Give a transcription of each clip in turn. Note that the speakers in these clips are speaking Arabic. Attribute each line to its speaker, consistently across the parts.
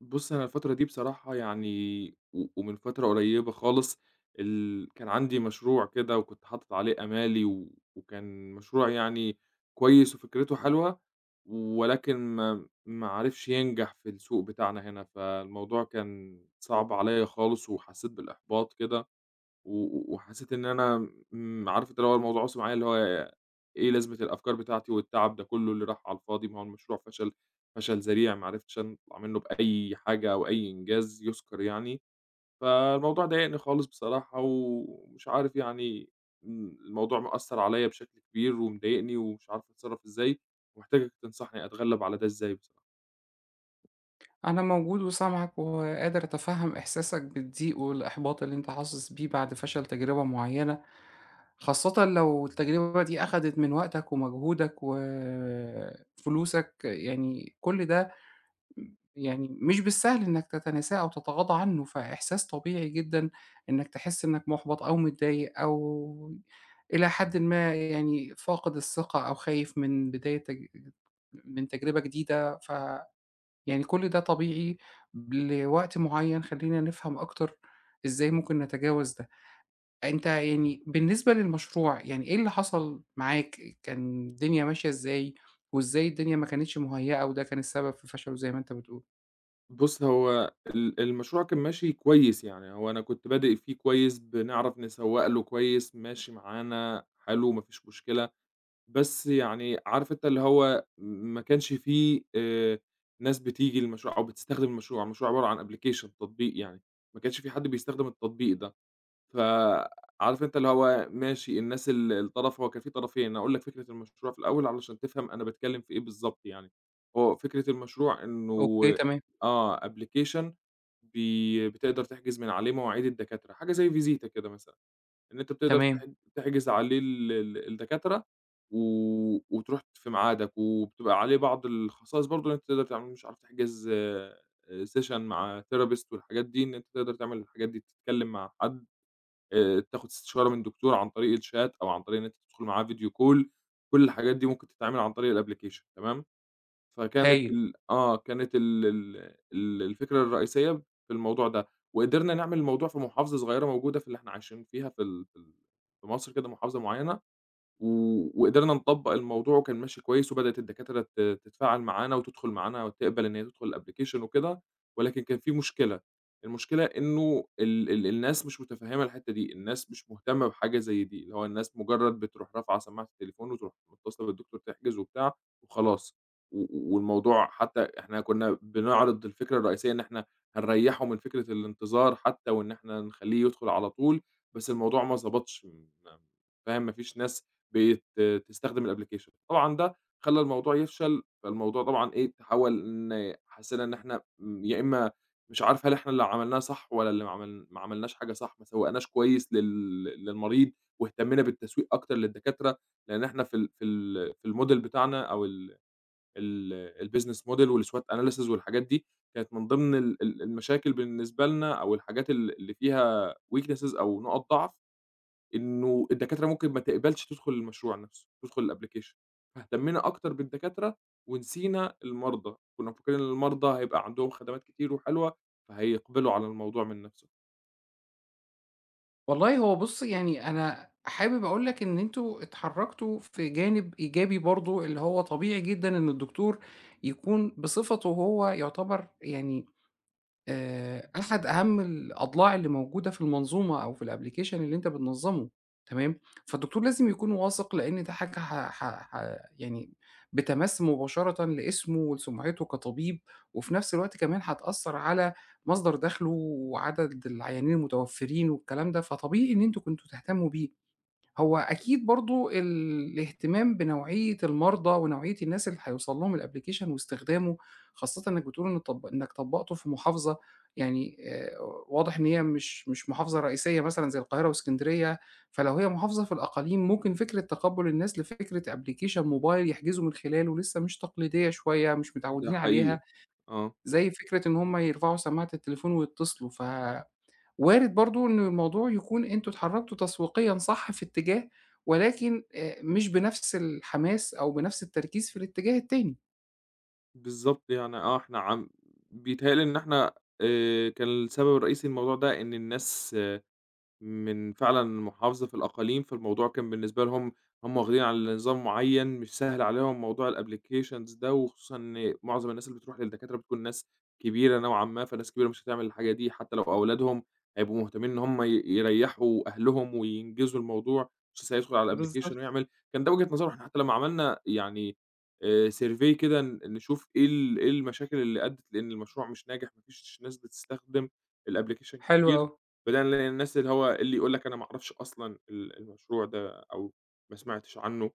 Speaker 1: بُص، أنا الفترة دي بصراحة يعني و ومن فترة قريبة خالص كان عندي مشروع كده وكنت حاطط عليه آمالي و وكان مشروع يعني كويس وفكرته حلوة، ولكن ما عرفش ينجح في السوق بتاعنا هنا، فالموضوع كان صعب عليّا خالص وحسيت بالإحباط كده. و و وحسيت إن أنا عارف أنت اللي هو الموضوع وصل معايا اللي هو إيه لازمة الأفكار بتاعتي والتعب ده كله اللي راح على الفاضي، ما هو المشروع فشل ذريع، ما عرفتش أطلع منه بأي حاجة أو أي إنجاز يُذكر يعني، فالموضوع ضايقني خالص بصراحة ومش عارف يعني الموضوع مأثّر عليّا بشكل كبير ومضايقني ومش عارف أتصرّف إزاي، ومحتاجك تنصحني أتغلّب على ده إزاي بصراحة.
Speaker 2: أنا موجود وسامعك وقادر أتفهم إحساسك بالضيق والإحباط اللي أنت حاسس بيه بعد فشل تجربة معينة، خاصةً لو التجربة دي أخدت من وقتك ومجهودك وفلوسك، يعني كل ده يعني مش بالسهل إنك تتناساه أو تتغاضى عنه، فإحساس طبيعي جدًا إنك تحس إنك محبط أو متضايق أو إلى حدٍ ما يعني فاقد الثقة أو خايف من بداية تج من تجربة جديدة، يعني كل ده طبيعي لوقت معيّن. خلّينا نفهم أكتر إزاي ممكن نتجاوز ده. أنت يعني بالنسبة للمشروع، يعني إيه اللي حصل معاك؟ كان الدنيا ماشية إزاي، وإزاي الدنيا ما كانتش مُهيّأة وده كان السبب في فشله زي ما أنت بتقول؟
Speaker 1: بُص، هو ال المشروع كان ماشي كويس يعني، هو أنا كنت بادئ فيه كويس، بنعرف نسوّق له كويس، ماشي معانا حلو، ما فيش مشكلة، بس يعني عارف أنت اللي هو ما كانش فيه ناس بتيجي للمشروع أو بتستخدم المشروع، المشروع عبارة عن application تطبيق يعني، ما كانش في حد بيستخدم التطبيق ده. فعارف أنت اللي هو ماشي الناس الطرف، هو كان في طرفين. أنا هاقول لك فكرة المشروع في الأول علشان تفهم أنا باتكلّم في إيه بالضبط يعني. هو فكرة المشروع إنه
Speaker 2: أوكي، تمام،
Speaker 1: application بتقدر تحجز من عليه مواعيد الدكاترة، حاجة زي فيزيتا كده مثلًا، إن أنت بتقدر
Speaker 2: تمام،
Speaker 1: تحجز عليه ال ال الدكاترة و وتروح في ميعادك، وبتبقى عليه بعض الخصائص برضه إن أنت تقدر تعمل، مش عارف، تحجز session مع therapist والحاجات دي، إن أنت تقدر تعمل الحاجات دي، تتكلّم مع حد، تاخد استشارة من دكتور عن طريق الchat أو عن طريق إن أنت تدخل معاه video call. كل الحاجات دي ممكن تتعمل عن طريق الapplication تمام. فكانت
Speaker 2: هايل.
Speaker 1: ال آه، كانت ال ال ال الفكرة الرئيسية في الموضوع ده، وقدرنا نعمل الموضوع في محافظة صغيرة موجودة في اللي إحنا عايشين فيها، في مصر كده، محافظة معيّنة. و وقدرنا نطبّق الموضوع وكان ماشي كويس، وبدأت الدكاترة تتفاعل معانا وتدخل معانا وتقبل إن هي تدخل الapplication وكده، ولكن كان في مشكلة. المشكلة إنه ال ال الناس مش متفهمة الحتة دي، الناس مش مهتمة بحاجة زي دي، اللي هو الناس مجرد بتروح رافعة سماعة التليفون وتروح متصلة بالدكتور تحجز وبتاع وخلاص، والموضوع حتى إحنا كنا بنعرض الفكرة الرئيسية إن إحنا هنريّحه من فكرة الانتظار حتى، وإن إحنا نخلّيه يدخل على طول، بس الموضوع ما ضبطش، فاهم، ما فيش ناس بقيت تستخدم الapplication. طبعًا ده خلّى الموضوع يفشل، فالموضوع طبعًا إيه، تحوّل إن حسّينا إن إحنا يا إمّا مش عارف هل إحنا اللي عملناه صح والّا اللي ما عملناش حاجة صح، ما سوّقناش كويس للمريض واهتمّينا بالتسويق أكتر للدكاترة، لإن إحنا في الmodel بتاعنا أو ال ال الbusiness model والSWOT analysis والحاجات دي، كانت من ضمن ال ال المشاكل بالنسبة لنا أو الحاجات اللي فيها weaknesses أو نُقط ضعف، إنه الدكاترة ممكن ما تقبلش تدخل المشروع نفسه، تدخل الapplication. فاهتمينا أكتر بالدكاترة ونسينا المرضى، كنا مفكرين إن المرضى هيبقى عندهم خدمات كتير وحلوة فهيقبلوا على الموضوع من نفسه.
Speaker 2: والله هو بُص، يعني أنا حابب أقول لك إن أنتم اتحرّكتوا في جانب إيجابي برضه، اللي هو طبيعي جدًا إن الدكتور يكون بصفته هو يُعتبر يعني أحد أهم الأضلاع اللي موجودة في المنظومة أو في الapplication اللي أنت بتنظّمه، تمام. فالدكتور لازم يكون واثق لإن ده حاجة ح ح ح يعني بتمَس مباشرةً لاسمه ولسمعته كطبيب، وفي نفس الوقت كمان هتأثّر على مصدر دخله وعدد العيانين المتوفّرين والكلام ده، فطبيعي إن أنتم كنتم تهتموا بيه. هو أكيد برضه الاهتمام بنوعية المرضى ونوعية الناس اللي هيوصل لهم الapplication واستخدامه، خاصةً إنك بتقول طب إنك طبّقته في محافظة، يعني واضح إن هي مش محافظة رئيسية مثلًا زي القاهرة وإسكندرية، فلو هي محافظة في الأقاليم ممكن فكرة تقبُّل الناس لفكرة application موبايل يحجزوا من خلاله لسه مش تقليدية شوية، مش
Speaker 1: ده
Speaker 2: متعودين عليها،
Speaker 1: حقيقي، آه.
Speaker 2: زي فكرة إن هُم يرفعوا سماعة التليفون ويتصلوا، وارد برضه إن الموضوع يكون أنتم اتحرّكتوا تسويقيًا صح في اتجاه، ولكن مش بنفس الحماس أو بنفس التركيز في الاتجاه التاني.
Speaker 1: بالضبط يعني آه، إحنا بيتهيأ لي إن إحنا كان السبب الرئيسي للموضوع ده إن الناس فعلًا محافظة في الأقاليم، فالموضوع كان بالنسبة لهم، هم واخدين على نظام معيّن، مش سهل عليهم موضوع الapplications ده، وخصوصًا إن معظم الناس اللي بتروح للدكاترة بتكون ناس كبيرة نوعًا ما، فناس كبيرة مش هتعمل الحاجة دي، حتى لو أولادهم هيبقوا مهتمين إن هم يريّحوا أهلهم وينجزوا الموضوع، مش لسه هيدخل على الapplication
Speaker 2: بالضبط،
Speaker 1: ويعمل. كان ده وجهة نظرهم. إحنا حتى لمّا عملنا يعني survey كده نشوف إيه إيه المشاكل اللي أدّت لإن المشروع مش ناجح، ما فيش ناس بتستخدم الapplication
Speaker 2: حلو أوي،
Speaker 1: كتير، بدلًا للناس اللي هو اللي يقول لك أنا ما أعرفش أصلًا المشروع ده أو ما سمعتش عنّه،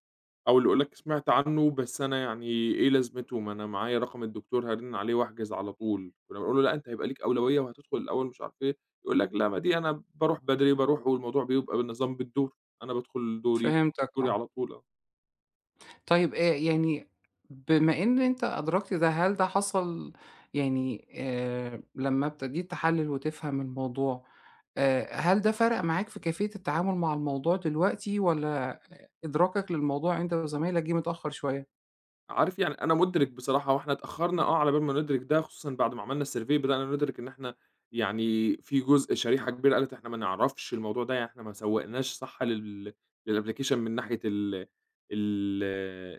Speaker 1: أو اللي يقول لك سمعت عنّه بس أنا يعني إيه لازمته، ما أنا معايا رقم الدكتور هارِن عليه واحجز على طول. كُنّا بنقول له: "لأ، أنت هيبقى ليك أولوية وهتدخل الأول." مش عارف إيه، يقول لك: "لأ، ما دي أنا باروح بدري، باروح"، والموضوع بيبقى بالنظام بالدور، أنا بادخل دوري،
Speaker 2: فهمتك،
Speaker 1: دوري
Speaker 2: آه.
Speaker 1: على طول، آه.
Speaker 2: طيب، يعني بما إن أنت أدركت ده، هل ده حصل؟ يعني لمّا ابتديت تحلّل وتفهم الموضوع، هل ده فرق معاك في كيفية التعامل مع الموضوع دلوقتي والّا إدراكك للموضوع أنت وزمايلك جه متأخّر شوية؟
Speaker 1: عارف يعني أنا مُدرِك بصراحة، هو إحنا اتأخّرنا آه على بال ما ندرِك ده، خصوصًا بعد ما عملنا الsurvey بدأنا ندرِك إن إحنا يعني في شريحة كبيرة قالت إحنا ما نعرفش الموضوع ده، يعني إحنا ما سوّقناش صح للapplication من ناحية ال ال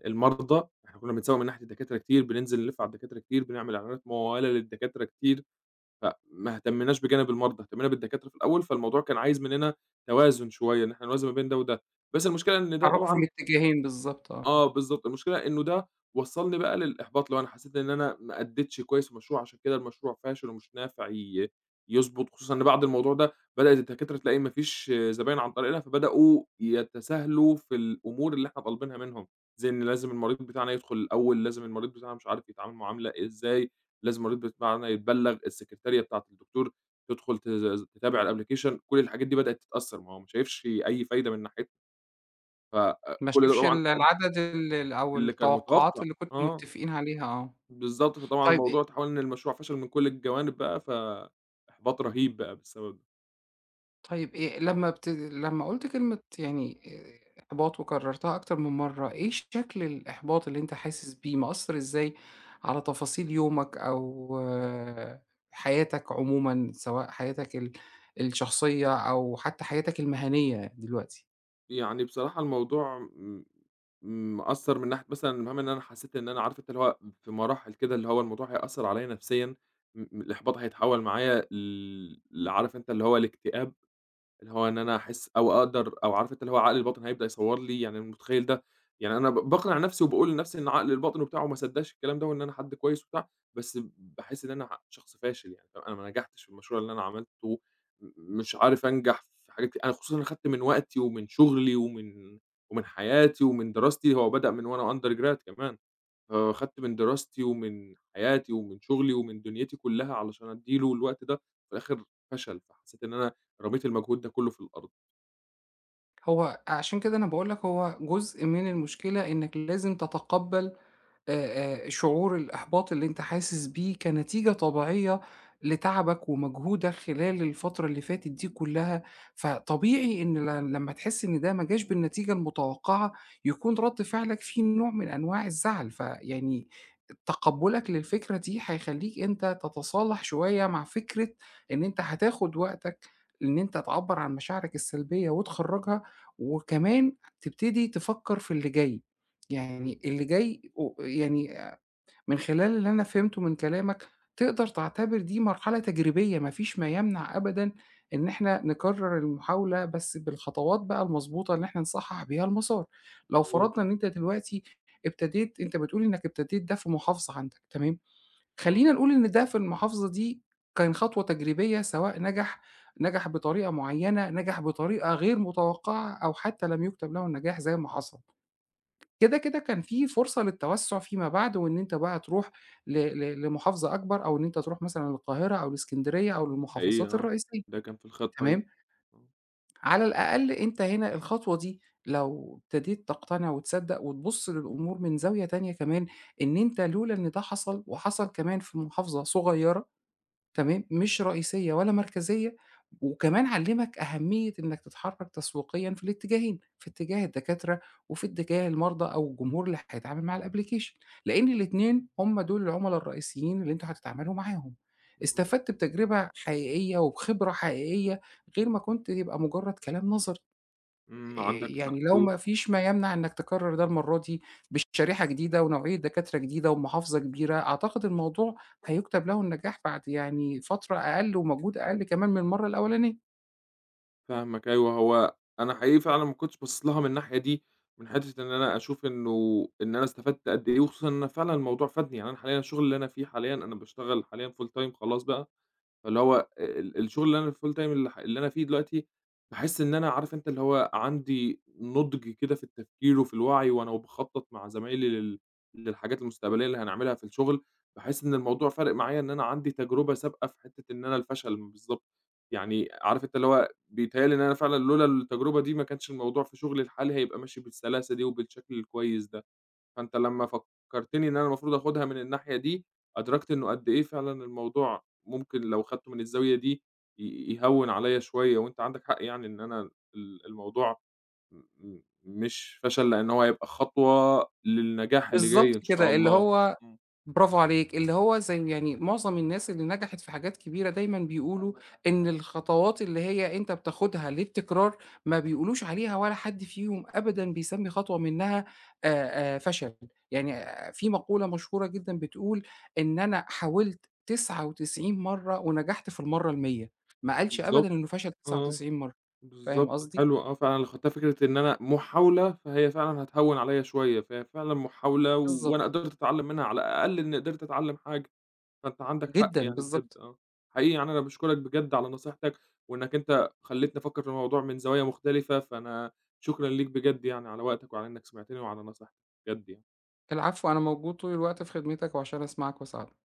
Speaker 1: المرضى. إحنا كُنّا بنسوّق من ناحية الدكاترة كتير، بننزل نلِّف على الدكاترة كتير، بنعمل إعلانات ممولة للدكاترة كتير، فما اهتمناش بجانب المرضى، اهتمينا بالدكاترة في الأول. فالموضوع كان عايز مننا توازن شوية، إن إحنا نوازن ما بين ده وده. بس المشكلة إن ده
Speaker 2: اتحرّكوا في
Speaker 1: طبعًا
Speaker 2: الاتجاهين بالضبط، آه.
Speaker 1: آه، بالضبط. المشكلة إنه ده وصّلني بقى للإحباط، اللي هو أنا حسّيت إن أنا ما أدّيتش كويس في المشروع، عشان كده المشروع فاشل ومش نافع يضبط، خصوصًا إن بعد الموضوع ده بدأت الدكاترة تلاقي ما فيش زباين عن طريقنا، فبدأوا يتساهلوا في الأمور اللي إحنا طالبينها منهم، زي إن لازم المريض بتاعنا يدخل الأول، لازم المريض بتاعنا مش عارف يتعامل معاملة إزاي، لازم المريض بتاعنا يتبلّغ، السكرتارية بتاعة الدكتور تدخل تز تتابع الapplication، كل الحاجات دي بدأت تتأثّر، ما هو ما شايفش أي فايدة من ناحيتنا، ف
Speaker 2: ما
Speaker 1: كل ده
Speaker 2: شافش
Speaker 1: طبعًا
Speaker 2: العدد أو
Speaker 1: اللي كان
Speaker 2: التوقعات
Speaker 1: متوقع،
Speaker 2: اللي كنتم
Speaker 1: آه،
Speaker 2: متفقين عليها، آه.
Speaker 1: بالضبط. فطبعًا
Speaker 2: طيب أ
Speaker 1: الموضوع اتحول إن المشروع فشل من كل الجوانب بقى، فإحباط رهيب بقى بسبب ده.
Speaker 2: طيب، لمّا قُلت كلمة يعني إحباط وكررتها أكتر من مرّة، إيه شكل الإحباط اللي أنت حاسس بيه؟ مأثّر إزاي على تفاصيل يومك، أو آه، حياتك عمومًا، سواء حياتك الشخصية أو حتى حياتك المهنية دلوقتي؟
Speaker 1: يعني بصراحة الموضوع مأثّر من ناحية، مثلًا المهم إن أنا حسّيت إن أنا عارف أنت اللي هو في مراحل كده، اللي هو الموضوع هيأثّر عليَّ نفسيًا، الإحباط هيتحول معايا لعارف أنت اللي هو الاكتئاب. اللي هو إن أنا أحس أو أقدر أو عارف أنت اللي هو عقلي الباطن هيبدأ يصوّر لي، يعني أنا متخيّل ده، يعني أنا باقنع نَفْسي وباقول لنَفْسي إن عقلي الباطن وبتاع وما صدّقش الكلام ده وإن أنا حد كويس وبتاع، بس باحس إن أنا شخص فاشل يعني. طب أنا ما نجحتش في المشروع اللي أنا عملته، م مش عارف أنجح في حاجات أنا، خصوصًا أنا خدت من وقتي ومن شغلي ومن حياتي ومن دراستي، هو بدأ من وأنا undergrad كمان. خدت من دراستي ومن حياتي ومن شغلي ومن دنيتي كلّها علشان أدّي له الوقت ده، في الآخر فشل، فحسّيت إن أنا رميت المجهود ده كلّه في الأرض.
Speaker 2: هو عشان كده أنا باقول لك هو جزء من المشكلة إنّك لازم تتقبّل شعور الإحباط اللي أنت حاسس بيه كنتيجة طبيعية لتعبك ومجهودك خلال الفترة اللي فاتت دي كلّها، فطبيعي إن لمّا تحس إن ده ما جاش بالنتيجة المتوقعة، يكون رَد فعلك فيه نوع من أنواع الزعل، فيعني تقبُّلك للفكرة دي هيخلّيك أنت تتصالح شوية مع فكرة إن أنت هتاخد وقتك إن أنت تعبّر عن مشاعرك السلبية وتخرّجها، وكمان تبتدي تفكّر في اللي جاي.
Speaker 1: إمم،
Speaker 2: يعني اللي جاي يعني من خلال اللي أنا فهمته من كلامك، تقدر تعتبر دي مرحلة تجريبية. ما فيش ما يمنع أبدًا إن إحنا نكرر المحاولة، بس بالخطوات بقى المضبوطة اللي إحنا نصحّح بيها المسار. لو
Speaker 1: أيوه،
Speaker 2: فرضنا إن أنت دلوقتي ابتديت، أنت بتقول إنك ابتديت ده في محافظة عندك، تمام.
Speaker 1: آه،
Speaker 2: خلّينا نقول إن ده في المحافظة دي كان خطوة تجريبية، سواء نجح بطريقة معيّنة، نجح بطريقة غير متوقعة، أو حتى لم يُكتب له النجاح زي ما حصل. كده، كان في فرصة للتوسُّع فيما بعد وإن أنت بقى تروح ل ل لمحافظة أكبر أو إن أنت تروح مثلًا للقاهرة أو الإسكندرية أو
Speaker 1: حقيقي
Speaker 2: للمحافظات
Speaker 1: آه،
Speaker 2: الرئيسية.
Speaker 1: ده كان في الخطة أيوه،
Speaker 2: تمام،
Speaker 1: آه،
Speaker 2: على الأقل أنت هنا الخطوة دي لو ابتديت تقتنع وتصدّق وتبُص للأمور من زاوية تانية كمان، إن أنت لولا إن ده حصل وحصل كمان في محافظة صغيرة، تمام، مش رئيسية ولا مركزية، وكمان علّمك أهمية إنّك تتحرّك تسويقيًا في الاتجاهين، في اتجاه الدكاترة وفي اتجاه المرضى أو الجمهور اللي هيتعامل مع الapplication، لإن الاتنين هم دول العُملا الرئيسيين اللي أنتم هتتعاملوا معاهم.
Speaker 1: إمم،
Speaker 2: استفدت بتجربة حقيقية وبخبرة حقيقية غير ما كنت يبقى مجرّد كلام نظري.
Speaker 1: إمم،
Speaker 2: آآ
Speaker 1: عندك حق
Speaker 2: يعني لو
Speaker 1: أيوه،
Speaker 2: ما فيش ما يمنع إنّك تكرّر ده المرّة دي بشريحة جديدة ونوعية دكاترة جديدة ومحافظة كبيرة، أعتقد الموضوع هيُكتب له النجاح بعد يعني فترة أقل ومجهود أقل كمان من المرّة الأولانية.
Speaker 1: فاهمك أيوه. هو أنا حقيقي فعلًا ما كنتش باصص لها من الناحية دي، من حتّة إن أنا أشوف إنه إن أنا استفدت قد إيه، وخصوصًا إن أنا فعلًا الموضوع فادني. يعني أنا حاليًا الشغل اللي أنا فيه حاليًا، أنا باشتغل حاليًا full time خلاص بقى، فاللي هو الشغل اللي أنا الfull time اللي أنا فيه دلوقتي، باحس إن أنا عارف أنت اللي هو عندي نضج كده في التفكير وفي الوعي، وأنا باخطط مع زمايلي للحاجات المستقبلية اللي هنعملها في الشغل. باحس إن الموضوع فارق معايا إن أنا عندي تجربة سابقة في حتة إن أنا الفشل بالضبط، يعني عارف أنت اللي هو بيتهيأ لي إن أنا فعلًا لولا التجربة دي ما كانش الموضوع في شغلي الحالي هيبقى ماشي بالسلاسة دي وبالشكل الكويس ده. فأنت لمّا فكّرتني إن أنا المفروض آخُدها من الناحية دي، أدركت إنه قد إيه فعلًا الموضوع ممكن لو خدته من الزاوية دي يهوّن عليّا شوية، وأنت عندك حق يعني إن أنا الموضوع م م مش فشل، لإن هو هيبقى خطوة للنجاح اللي
Speaker 2: بالضبط
Speaker 1: جاي إن شاء
Speaker 2: كده، اللي
Speaker 1: الله.
Speaker 2: هو
Speaker 1: إمم،
Speaker 2: برافو عليك، اللي هو زي يعني معظم الناس اللي نجحت في حاجات كبيرة دايمًا بيقولوا إن الخطوات اللي هي أنت بتاخدها للتكرار، ما بيقولوش عليها ولا حد فيهم أبدًا بيسمّي خطوة منها فشل. يعني
Speaker 1: إمم،
Speaker 2: في مقولة مشهورة جدًا بتقول: "إن أنا حاولت 99 مرّة ونجحت في المرّة ال100." ما قالش أبدًا
Speaker 1: بالضبط
Speaker 2: إنه فشل
Speaker 1: آه،
Speaker 2: 99 مرّة. فاهم
Speaker 1: بالضبط
Speaker 2: قصدي؟
Speaker 1: حلو آه، فعلًا أنا خدتها فكرة إن أنا محاولة، فهي فعلًا هتهوّن عليّا شوية، فهي فعلًا محاولة، و...
Speaker 2: بالضبط،
Speaker 1: وأنا قدرت أتعلّم منها، على الأقل إنّي قدرت أتعلّم حاجة. فأنت عندك حق
Speaker 2: جدًا،
Speaker 1: يعني بجد
Speaker 2: بالضبط.
Speaker 1: آه. حقيقي يعني أنا باشكرك بجد على نصيحتك، وإنك أنت خلّيتني أفكّر في الموضوع من زوايا مختلفة، فأنا شكرًا ليك بجد يعني على وقتك وعلى إنك سمعتني وعلى نصيحتك، بجد يعني.
Speaker 2: العفو، أنا موجود طول الوقت في خدمتك وعشان أسمعك وأساعدك.